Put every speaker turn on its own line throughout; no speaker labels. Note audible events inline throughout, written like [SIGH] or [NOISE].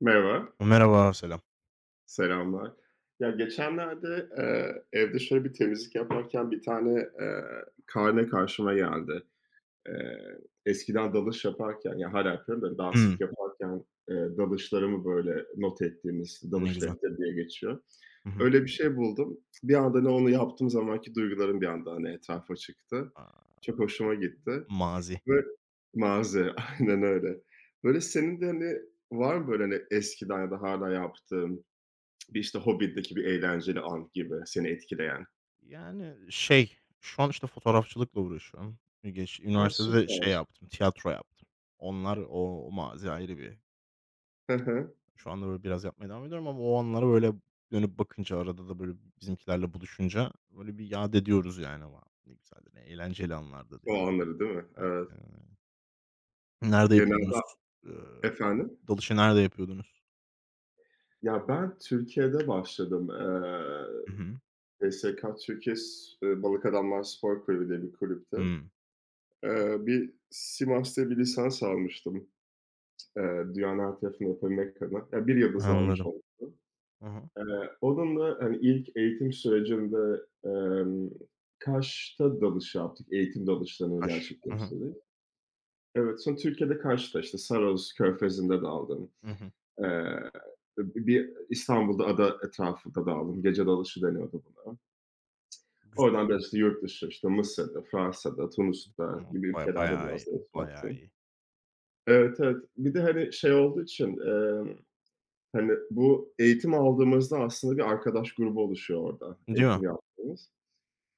Merhaba,
Merhaba, selam.
selamlar. Ya, geçenlerde, evde şöyle bir temizlik yaparken bir tane, eee, karne karşıma geldi. Eee, eskiden dalış yaparken, ya, hâlâ yapıyorum da daha sık
Hımm,
yaparken, dalışlarımı, böyle, not ettiğimiz
ne
dalış
güzel.
defteri diye geçiyor.
Hı hı.
Öyle bir şey buldum. Bir anda, ne onu yaptığım zamanki duygularım bir anda, hani, etrafa çıktı.
Aaa.
Çok hoşuma gitti
Mazi.
ve malzeme, [LAUGHS] aynen öyle. Böyle, senin de, hani, var mı, böyle, hani, eskiden ya da hala yaptığın, bir, işte, Hobbit'teki bir eğlenceli an gibi seni etkileyen.
Yani, şey, şu an, işte, fotoğrafçılıkla uğraşıyorum. Geç
A,
üniversitede de
süper.
şey yaptım, tiyatro yaptım. Onlar o mazi ayrı bir.
Hı hı.
Şu anda, böyle, biraz yapmaya devam ediyorum ama o anlara, böyle, dönüp bakınca arada da, böyle, bizimkilerle buluşunca, böyle, bir yad ediyoruz yani. "Wow, ne güzeldi, ne eğlenceli anlardı." diye.
O anları değil mi?
Aynen
Evet.
öyle. Nerede
Genelde.
yapıyordunuz? Eee,
Efendim?
dalışı nerede yapıyordunuz?
Ya, ben Türkiye'de başladım.
Hı hı.
SK Türkiye s Balık Adamlar Spor Kulübü diye bir kulüpte.
Hımm,
Bir Simas'ta bir lisans almıştım, dünyanın her tarafını yapabilmek adına. Ya, bir yıldız daha güç
anladım.
olmuştu.
Hı hı.
Onunla, hani, ilk eğitim sürecimde, Kaş'ta dalış yaptık. Eğitim dalışlarını
Kaş. Hı hı.
gerçekleştirdik. Evet, sonra Türkiye'de karşıda, işte, Saros Körfezi'nde dağıldım.
Hı hı.
Eee, bir İstanbul'da ada etrafında dağıldım. Gece dalışı deniyordu buna.
Güz.
Oradan biraz, işte, yurt dışı, işte, Mısır'da, Fransa'da, Tunus'ta
Ama
gibi
baya
ülkelerde
bayağı
biraz
iyi,
dalış
bayağı
yaptım.
iyi.
Evet, evet. Bir de, hani, şey olduğu için, hani, bu eğitim aldığımızda aslında bir arkadaş grubu oluşuyor orada
Değil mi?
eğitim yaptığımız.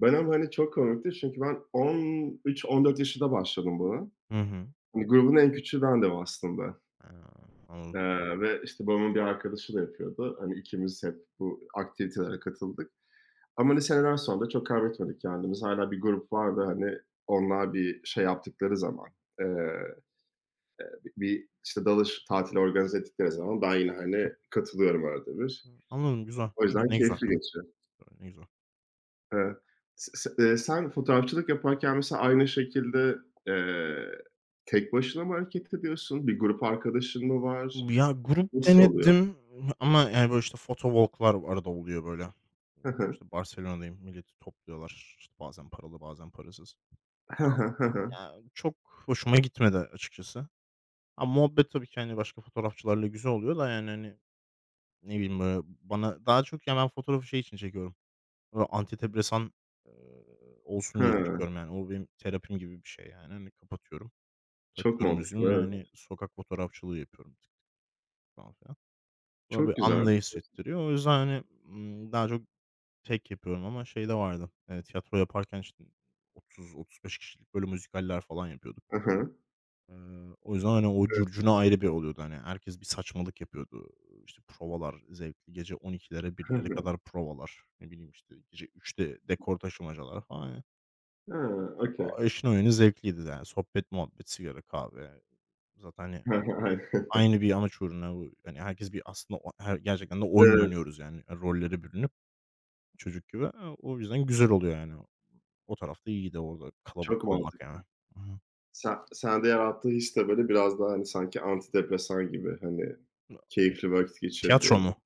Ben ama, hani, çok komikti çünkü ben 13-14 yaşında başladım buna.
Hı hı.
Hani, grubun en küçüğü bendim aslında.
Ha, anladım.
Ve, işte, babamın bir arkadaşı da yapıyordu. Hani, ikimiz hep bu aktivitelere katıldık ama liseden sonra da çok kaybetmedik kendimizi. Hâlâ bir grup var ve, hani, onlar bir şey yaptıkları zaman, eee, bi bir, işte, dalış tatili organize ettikleri zaman ben yine, hani, katılıyorum arada bir.
Anladım, güzel.
O
Ne gü
yüzden
ne güzel.
keyifli geçiyor.
Ne güzel.
Evet. S s sen fotoğrafçılık yaparken mesela aynı şekilde, eee, tek başına mı hareket ediyorsun? Bir grup arkadaşın mı var?
Ya, grup
Nasıl oluyor?
denedim ama, yani, böyle, işte, photo walk'lar arada oluyor, böyle. İşte,
[LAUGHS]
Barcelona'dayım, milleti topluyorlar. İşte, bazen paralı, bazen parasız.
Hı
Ya
hı. Hı hı.
ya, çok hoşuma gitmedi açıkçası. Ha, muhabbet tabii ki, hani, başka fotoğrafçılarla güzel oluyor da, yani, hani, ne bileyim, böyle, bana daha çok, ya, ben fotoğrafı şey için çekiyorum. Antidepresan, eee, olsun
Hı hı.
diye
Hıı.
çekiyorum yani. O benim terapim gibi bir şey yani. Hani kapatıyorum,
Çok
takıyorum
mantıklı,
müziğimi ve,
evet.
hani, sokak fotoğrafçılığı yapıyorum bir tık falan filan. Bana
Çok
böyle
güzel.
anları hissettiriyor. O yüzden, hani, daha çok tek yapıyorum ama şey de vardı, tiyatro yaparken, işte, 30-35 kişilik böyle müzikaller falan yapıyorduk.
Hı hı.
Eee, o yüzden, hani, o
Evet.
curcuna ayrı bir oluyordu. Hani, herkes bir saçmalık yapıyordu. İşte, provalar zevkli. Gece 00.00'lere
Hı
01.00'lere
hı.
kadar provalar. Ne bileyim, işte, gece 3'te dekor taşımacalar falan.
Ha, okay.
A eşin oyunu zevkliydi de yani sohbet, muhabbet, sigara, kahve. Yani, zaten, hani,
Hı hı, aynen.
aynı bir amaç uğruna bu hani, herkes bir aslında o her gerçekten de oyun
Evet,
oynuyoruz yani, rollere bürünüp çocuk gibi. O yüzden güzel oluyor yani. O tarafta iyiydi orada
çok
kalabalık olmak yani.
mantıklı.
Hı hı.
Sen sende yarattığı his de, böyle, biraz daha, hani, sanki antidepresan gibi, hani, keyifli vakit
Tiyatro
geçirdiğin,
mu?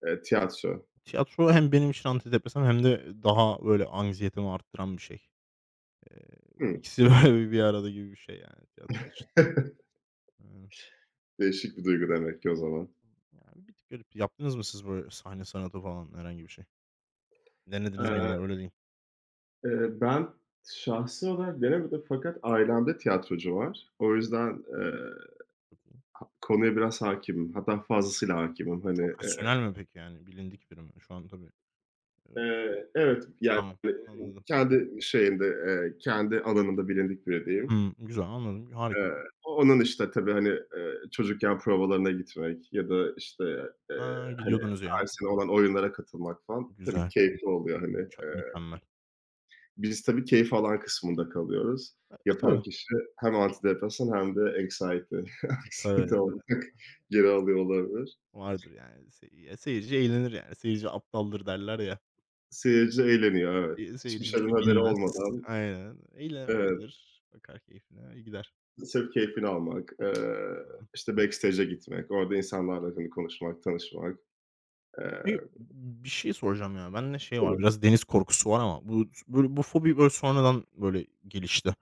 tiyatro.
Tiyatro hem benim için antidepresan hem de daha böyle anksiyetemi arttıran bir şey. Eee,
Hıı.
ikisi [LAUGHS] böyle bir arada gibi bir şey yani tiyatro için.
[LAUGHS]
Aynen.
Değişik bir duygu demek ki o zaman.
Yani bir tık garip. Yaptınız mı siz böyle sahne sanatı falan herhangi bir şey? Denediniz mi yani?
Eee,
Öyle diyeyim.
ben şahsi olarak denemedim fakat ailemde tiyatrocu var. O yüzden,
Çok iyi.
konuya biraz hâkimim. Hatta fazlasıyla hâkimim. Hani,
Profesyonel mi peki yani? Bilindik biri mi? Şu an tabii, eee,
Evet, yani,
tamam, anladım.
kendi şeyinde, kendi alanında bilindik biri diyeyim.
Hımm, güzel, anladım.
Eee,
Harika.
onun, işte, tabii, hani, çocukken provalarına gitmek ya da, işte,
Ha,
hani,
gidiyordunuz yani.
her sene olan oyunlara katılmak falan tabii
Güzel,
keyifli oluyor, hani.
mükemmel,
Eee,
mükemmel.
biz tabii keyif alan kısmında kalıyoruz.
E,
Yapan
tabii.
kişi hem antidepresan hem de anxiety, [LAUGHS]
Tabii,
anksiyete
tabii.
olarak geri alıyor olabilir.
Vardır yani. Seyirci eğlenir yani. "Seyirci aptaldır." derler ya.
Seyirci eğleniyor, evet. Hiçbir
Seyirci bir
şeyden
şey
haberi
bilmez.
olmadan.
Aynen. Eğlen
Evet.
eğlenir, bakar keyfine, gider.
Sırf keyfini almak,
Anladım.
işte, backstage'e gitmek, orada insanlarla, hani, konuşmak, tanışmak. Eee,
Peki, bir şey soracağım ya. Bende şey var,
tabii.
biraz deniz korkusu var ama bu s böyle bu fobi böyle sonradan böyle gelişti.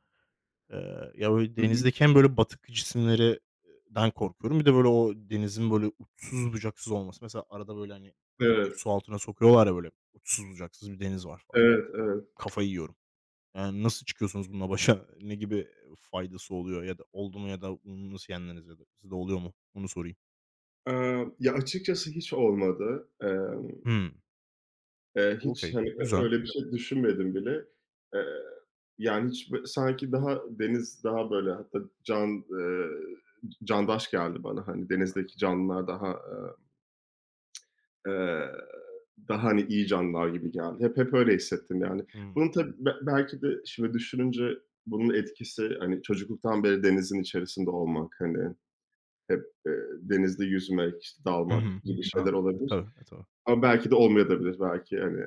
Ya, böyle,
Hı hı.
denizdeki hem böyle batık cisimleri den korkuyorum. Bir de böyle o denizin böyle uçsuz bucaksız olması. Mesela arada böyle, hani, kafayı
Evet,
su altına sokuyorlar ya böyle uçsuz bucaksız bir deniz var falan.
evet, evet.
Kafayı yiyorum. Yani, nasıl çıkıyorsunuz bununla başa? [LAUGHS] Ne gibi faydası oluyor ya da oldu mu ya da bunu nasıl yendiniz ya da sizde oluyor mu? Onu sorayım.
Ya, açıkçası hiç olmadı. Emm,
Hımm.
eee, hiç,
Okay,
hani, ö
güzel.
öyle bir şey düşünmedim bile. Eee, yani, hiç sanki daha deniz daha, böyle, hatta candaş geldi bana. Hani, denizdeki canlılar daha, Eee, daha, hani, iyi canlılar gibi geldi. Hep öyle hissettim, yani.
Hımm.
Bunun tabii belki de şimdi düşününce bunun etkisi, hani, çocukluktan beri denizin içerisinde olmak, hani, hep, denizde yüzmek, işte,
Hı
dalmak,
hı.
hı, gibi, hı,
A,
şeyler olabilir
tabii, e, tabii.
ama belki de olmayabilir. Belki, hani,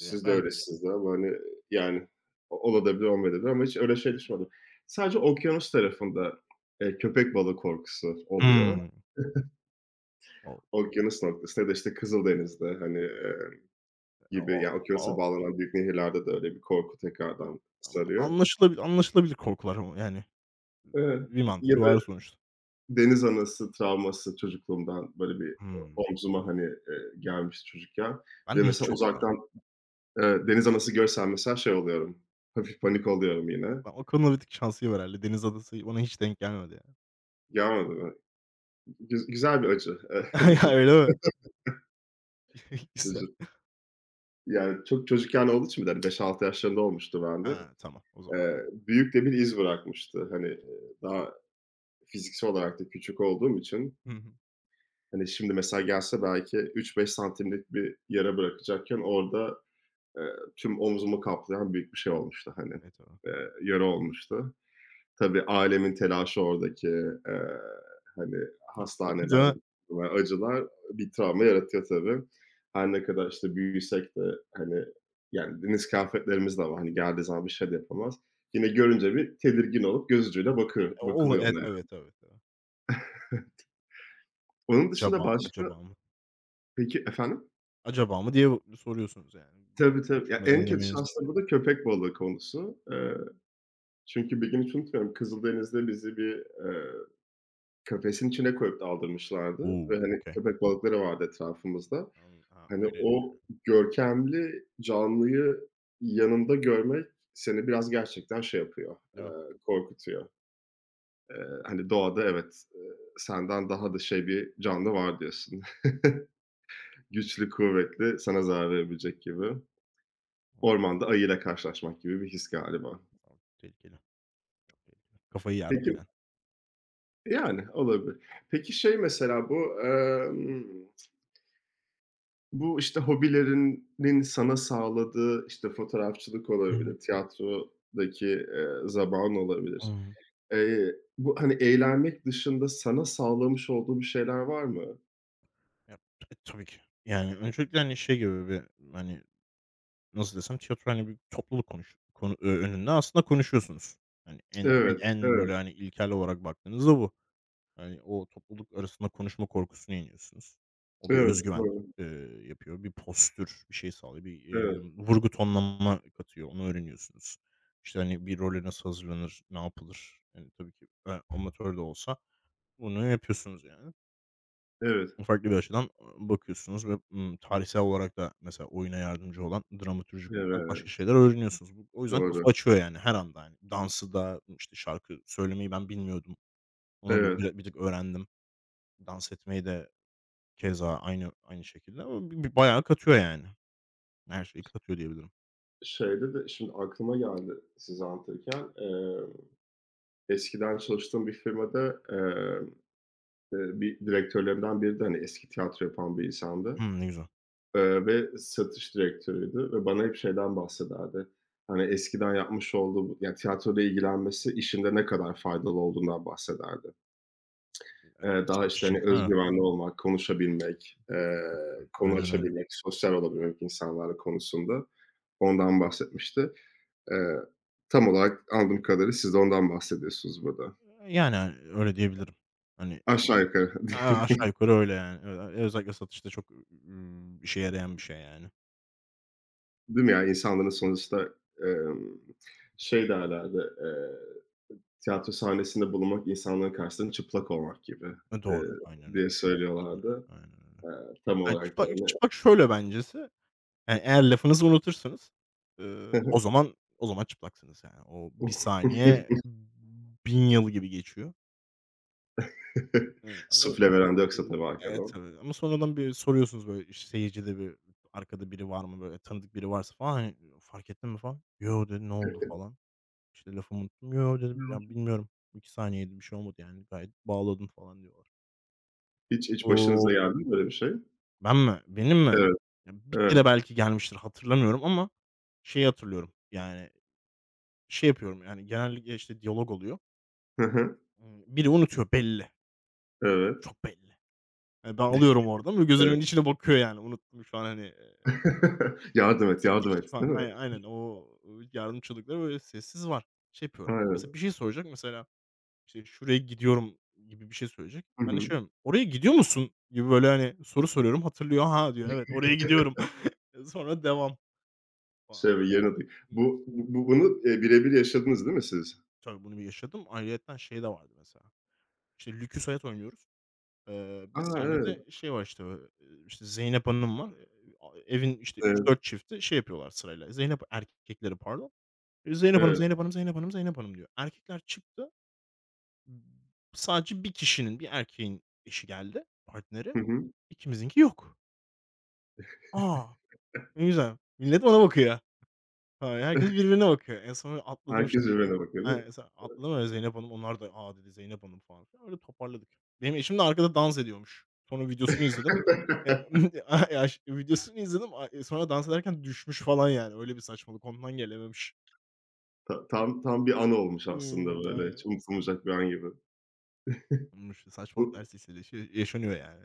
Ya,
de
belki.
öylesiniz de ama, hani, yani, o olabilir, olmayabilir ama hiç öyle şey düşünmedim. Sadece okyanus tarafında, köpek balığı korkusu oluyor.
Hımm. O
Okyanus noktasında ya da, işte, Kızıldeniz'de, hani,
o
Ya, okyanusa
o
bağlanan büyük nehirlerde de öyle bir korku tekrardan sarıyor.
anlaşılabilir korkular ama yani
Evet.
bir
Ya
mantığı
da
var sonuçta.
deniz anası travması çocukluğumdan böyle bir
Hımm.
omzuma, hani, gelmiş çocukken ve
Bende
mesela,
hiç
evet,
yok ya.
uzaktan, deniz anası görsem mesela şey oluyorum, hafif panik oluyorum yine.
Ben o konuda bir tık şanslıyım herhâlde. Deniz adası bana hiç denk gelmedi ya.
Gelmedi mi? Güzel bir acı. [LAUGHS]
[LAUGHS] Ya,
Vücut
öyle mi? [LAUGHS] Güzel.
vücut yani çok çocukken olduğu için bir de, hani, 5-6 yaşlarında olmuştu bende.
Ha, tamam o zaman.
Büyük de bir iz bırakmıştı. Hani, daha fiziksel olarak da küçük olduğum için,
Hı hı.
hani şimdi mesela gelse belki 3-5 santimlik bir yara bırakacakken orada, tüm omzumu kaplayan büyük bir şey olmuştu, hani,
E, tamam.
yara olmuştu. Tabii ailemin telaşı oradaki, eee, hani,
[LAUGHS] Değil
hastaneler
mi?
ve acılar bir travma yaratıyor tabii. Her ne kadar, işte, büyüsek de, hani, yani, deniz kıyafetlerimiz de var. Hani, geldiği zaman bir şey de yapamaz. Yine görünce bir tedirgin olup göz ucuyla bakıyor
E,
bakılıyor ona yani.
tabii, tabii, tabii.
Onun dışında
Acaba,
başka.
acaba mı?
Peki, efendim?
Acaba mı diye soruyorsunuz yani.
Tabii, tabii. Ya, en
Düşünmeden
kötü
edemiyorsun.
şans da burada köpek balığı konusu. Çünkü bir gün hiç unutmuyorum, Kızıldeniz'de bizi bir, eee, kafesin içine koyup daldırmışlardı
Oo,
ve, hani,
Okay.
köpek balıkları vardı etrafımızda.
Anladım. Ha,
Hani,
öyleli,
o görkemli canlıyı yanında görmek seni biraz gerçekten şey yapıyor,
değil mi?
korkutuyor. Hani, doğada evet, senden daha da şey bir canlı var diyorsun. [LAUGHS] Güçlü, kuvvetli, sana zarar verebilecek gibi. Ormanda ayıyla karşılaşmak gibi bir his galiba.
A, tehlikeli, tehlikeli. Kafayı yardım
Peki.
yani.
Yani, olabilir. Peki şey mesela bu, işte,
Hı.
hobilerinin sana sağladığı, işte, fotoğrafçılık
Hı hı.
olabilir, tiyatrodaki, zabağın olabilir.
Anladım.
Bu, hani, eğlenmek dışında sana sağlamış olduğu bir şeyler var mı?
Ya, tabii ki. Yani öncelikle, hani, şey gibi bir, hani, nasıl desem, tiyatro, hani, bir topluluk konuş konu önünde aslında konuşuyorsunuz. Hani, en en
Evet,
en,
evet,
böyle, hani, ilkel olarak baktığınızda bu. Hani, o topluluk arasında konuşma korkusunu yeniyorsunuz. O bir öz
evet,
güven,
doğru.
eee, yapıyor. Bir postür, bir şey sağlıyor. Bir,
Evet,
vurgu tonlama katıyor. Onu öğreniyorsunuz. İşte, hani, bir role nasıl hazırlanır, ne yapılır? Hani, tabii ki, amatör de olsa bunu yapıyorsunuz yani.
evet,
Farklı bir açıdan, bakıyorsunuz ve, tarihsel olarak da mesela oyuna yardımcı olan dramaturjik olarak başka
evet,
şeyler öğreniyorsunuz. Bu o yüzden kafa
doğru.
açıyor yani her anda yani. Dansı da, işte, şarkı söylemeyi ben bilmiyordum. Onu da
Evet.
bir tık öğrendim. Dans etmeyi de keza aynı şekilde ama b b bayağı katıyor yani. Her şeyi katıyor diyebilirim.
Şeyde de şimdi aklıma geldi sizi anlatırken, eskiden çalıştığım bir firmada, bir direktörlerimden biri de, hani, eski tiyatro yapan bir insandı,
Hımm, ne güzel.
ve satış direktörüydü ve bana hep şeyden bahsederdi. Hani, eskiden yapmış olduğu ya, tiyatroyla ilgilenmesi işinde ne kadar faydalı olduğundan bahsederdi.
Evet,
Daha,
set
işte, hani,
işçiysen
öz
evet.
güvenli olmak, konuşabilmek, konu
Aynen öyle.
açabilmek, sosyal olabilmek insanlarla konusunda ondan bahsetmişti. Eee, tam olarak anladığım kadarıyla siz de ondan bahsediyorsunuz burada.
Yani, hani, öyle diyebilirim. Hani,
Aşağı yukarı.
aşağı yukarı öyle yani. Özellikle satışta çok, işe yarayan bir şey yani.
Değil mi ya? İnsanların sonuçta, emm, şey derlerdi, tiyatro sahnesinde bulunmak insanların karşısında çıplak olmak gibi,
E,
eee,
doğru. Aynen öyle.
diye söylüyorlardı.
Aynen öyle.
Eee, tam
Yani
olarak da
çıplak
öyle.
çıplak şöyle bencesi, yani eğer lafınızı unutursanız, o zaman çıplaksınız yani. O bir saniye
[LAUGHS]
1000 yıl gibi geçiyor. Ama,
Sufle veren de yoksa tabii
evet,
arkadan.
tabii ama sonradan bir soruyorsunuz böyle işte seyircide bir arkada biri var mı böyle tanıdık biri varsa falan hani fark ettin mi falan. Yo dedi ne oldu falan. İşte lafımı unuttum. Yo dedim ya bilmiyorum. 2 saniyeydi bir şey olmadı yani gayet bağladım falan diyorlar. Yani
Hiç
işte,
hiç
o,
başınıza geldi mi böyle bir şey?
ben mi? Benim mi?
Evet,
Ya, bir kere
evet.
belki gelmiştir, hatırlamıyorum ama şeyi hatırlıyorum, yani, şey yapıyorum, yani, genellikle, işte, diyalog oluyor.
Hı hı.
Biri unutuyor belli,
Evet.
çok belli. Hani, ben alıyorum
[LAUGHS]
oradan ve
Evet.
gözlerimin içine bakıyor, yani, "Unuttum şu an, hani,
[LAUGHS] Yardım et, yardım
bittik
et,
falan.
değil mi?
Ay aynen o yardımcılıkları böyle sessiz var. Şey yapıyorum,
Aynen.
mesela bir şey soracak, mesela, işte, "Şuraya gidiyorum." gibi bir şey söyleyecek.
Hı
Ben de şey
hı.
diyorum, "Oraya gidiyor musun?" gibi böyle, hani, soru soruyorum, hatırlıyor, "Ha," diyor, "evet, oraya
[LAUGHS]
gidiyorum." [LAUGHS] Sonra devam falan.
Şöyle bir yerine. Bu bu bunu, birebir yaşadınız değil mi siz?
Tabii, bunu bir yaşadım. Ayrıyeten şey de vardı mesela. İşte, Lükü Soyat oynuyoruz.
A!
Bir
Evet.
sahnede şey var, işte, işte, Zeynep Hanım var. A evin, işte,
Evet.
3-4 çifti şey yapıyorlar sırayla. Zeynep erkekleri pardon. "Zeynep Hanım,
Evet.
Zeynep Hanım, Zeynep Hanım, Zeynep Hanım." diyor. Erkekler çıktı. Sadece bir kişinin, bir erkeğin eşi geldi, partneri.
Hı hı.
İkimizinki yok. A! Ne güzel. Millet bana bakıyor. Ha, herkes birbirine bakıyor. En son atladım, [LAUGHS]
Herkes
işte.
birbirine bakıyor,
He,
değil mi?
mesela atladım öyle Zeynep Hanım. Onlar da, "A!" dedi, "Zeynep Hanım." falan filan. Öyle toparladık. Benim eşim de arkada dans ediyormuş. Sonra videosunu izledim.
[LAUGHS]
Eee, ya, [LAUGHS] videosunu izledim. A sonra dans ederken düşmüş falan yani. Öyle bir saçmalık. Ondan gelememiş.
Ta tam tam bir an olmuş aslında
Hımm.
böyle,
Aynen.
hiç unutulmayacak bir an gibi.
Saçmalıklar
Bu
silsilesi yaşanıyor yani.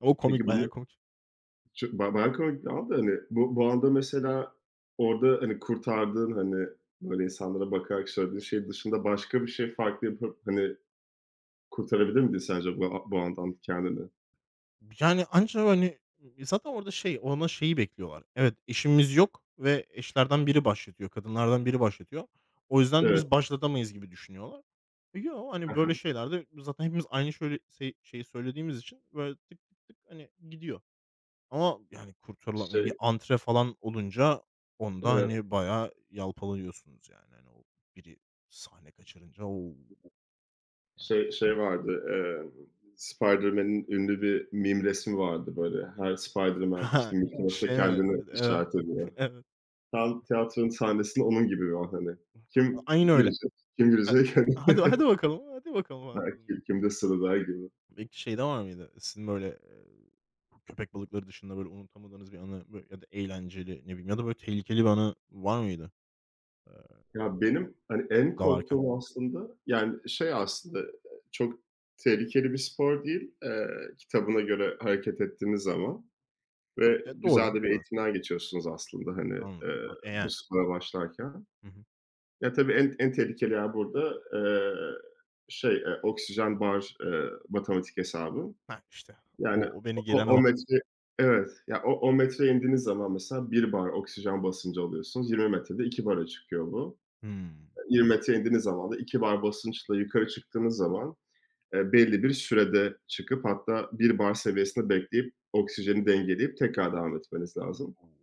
O komik,
peki
bayağı
bunu
komik.
çok bayağı komik bir an da, hani, bu anda mesela orada, hani, kurtardığın, hani, böyle insanlara bakarak söylediğin şey dışında başka bir şey farklı yapıp, hani, kurtarabilir miydin sence bu andan kendini?
Yani, ancak hani, zaten orada şey, ona şeyi bekliyorlar. Evet, eşimiz yok ve eşlerden biri başlatıyor, kadınlardan biri başlatıyor. O yüzden
Evet.
biz başlatamayız gibi düşünüyorlar. Yok hani, böyle şeylerde zaten hepimiz aynı şöyle şeyi söylediğimiz için böyle tık tık tık, hani, gidiyor. Ama, yani,
[LAUGHS] Şey,
kurtarılamıyor. Bir
evet.
antre falan olunca onda, hani, bayağı yalpalıyorsunuz yani. Hani, o biri sahne kaçırınca, o! Yani.
Şey vardı, Spiderman'in ünlü bir meme resmi vardı böyle. Her Spiderman, işte,
[LAUGHS]
evet,
Şey mi?
kendini
Evet,
işaret ediyor.
[LAUGHS] evet.
Tam tiyatronun sahnesinde onun gibi var, hani. Kim
Aynen öyle.
girecek? Kim
He.
girecek?
Hadi hadi
[LAUGHS]
bakalım, hadi bakalım
Hani,
anlatalım.
belki kimde sıra der gibi.
Peki şey de var mıydı? Sizin böyle, bu köpek balıkları dışında böyle unutamadığınız bir anı ya da eğlenceli, ne bileyim ya da böyle tehlikeli bir anı var mıydı, eee,
Ya, benim, hani, en
dalarken?
korktuğum aslında, yani, şey aslında, çok tehlikeli bir spor değil, kitabına göre hareket ettiğiniz zaman ve
E, doğru.
güzel de bir
Evet,
eğitimden geçiyorsunuz aslında, hani,
anladım.
eee,
E,
bu
yani.
spora başlarken.
Hı hı.
Ya, tabii en tehlikeli yer burada, şey, oksijen bar, matematik hesabı.
Heh, işte.
Yani
O beni
o
gelen
o
o.
metre evet, ya, o metreye indiğiniz zaman mesela bir bar oksijen basıncı alıyorsunuz. 20 metrede 2 bara çıkıyor bu.
Hımm.
20 metreye indiğiniz zaman da 2 bar basınçla yukarı çıktığınız zaman, belli bir sürede çıkıp hatta bir bar seviyesinde bekleyip oksijeni dengeleyip tekrar devam etmeniz lazım.
O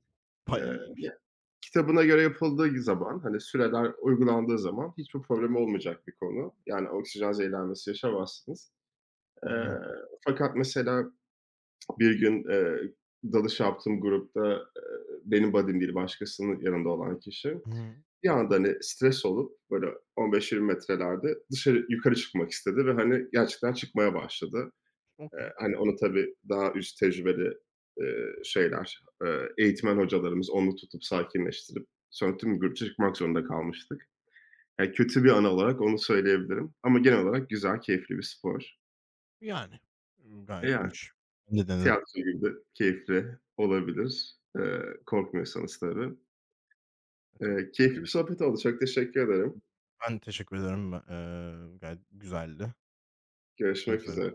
Eee,
bayağı iyiymiş.
kitabına göre yapıldığı zaman, hani, süreler uygulandığı zaman hiçbir problem olmayacak bir konu. Yani, oksijen zehirlenmesi yaşamazsınız. Eee,
Anladım.
fakat mesela bir gün, dalış yaptığım grupta, benim buddy'm değil başkasının yanında olan kişi
Hıı.
bir anda, hani, stres olup böyle 15-20 metrelerde dışarı yukarı çıkmak istedi ve, hani, gerçekten çıkmaya başladı.
Okay.
Hani, onu tabii daha üst tecrübeli, şeyler, eğitmen hocalarımız onu tutup sakinleştirip sonra tüm grupça çıkmak zorunda kalmıştık. Yani kötü bir anı olarak onu söyleyebilirim ama genel olarak güzel, keyifli bir spor.
Yani.
E,
Gayet
yani
iyiymiş. Ben de denerim.
tiyatro gibi de keyifli olabilir, korkmuyorsanız tabii.
E, tabii.
Keyifli bir sohbet oldu. Çok teşekkür ederim.
Ben teşekkür ederim. Ben Gayet güzeldi. Görüşmek
Görüşmek
üzere.
üzere.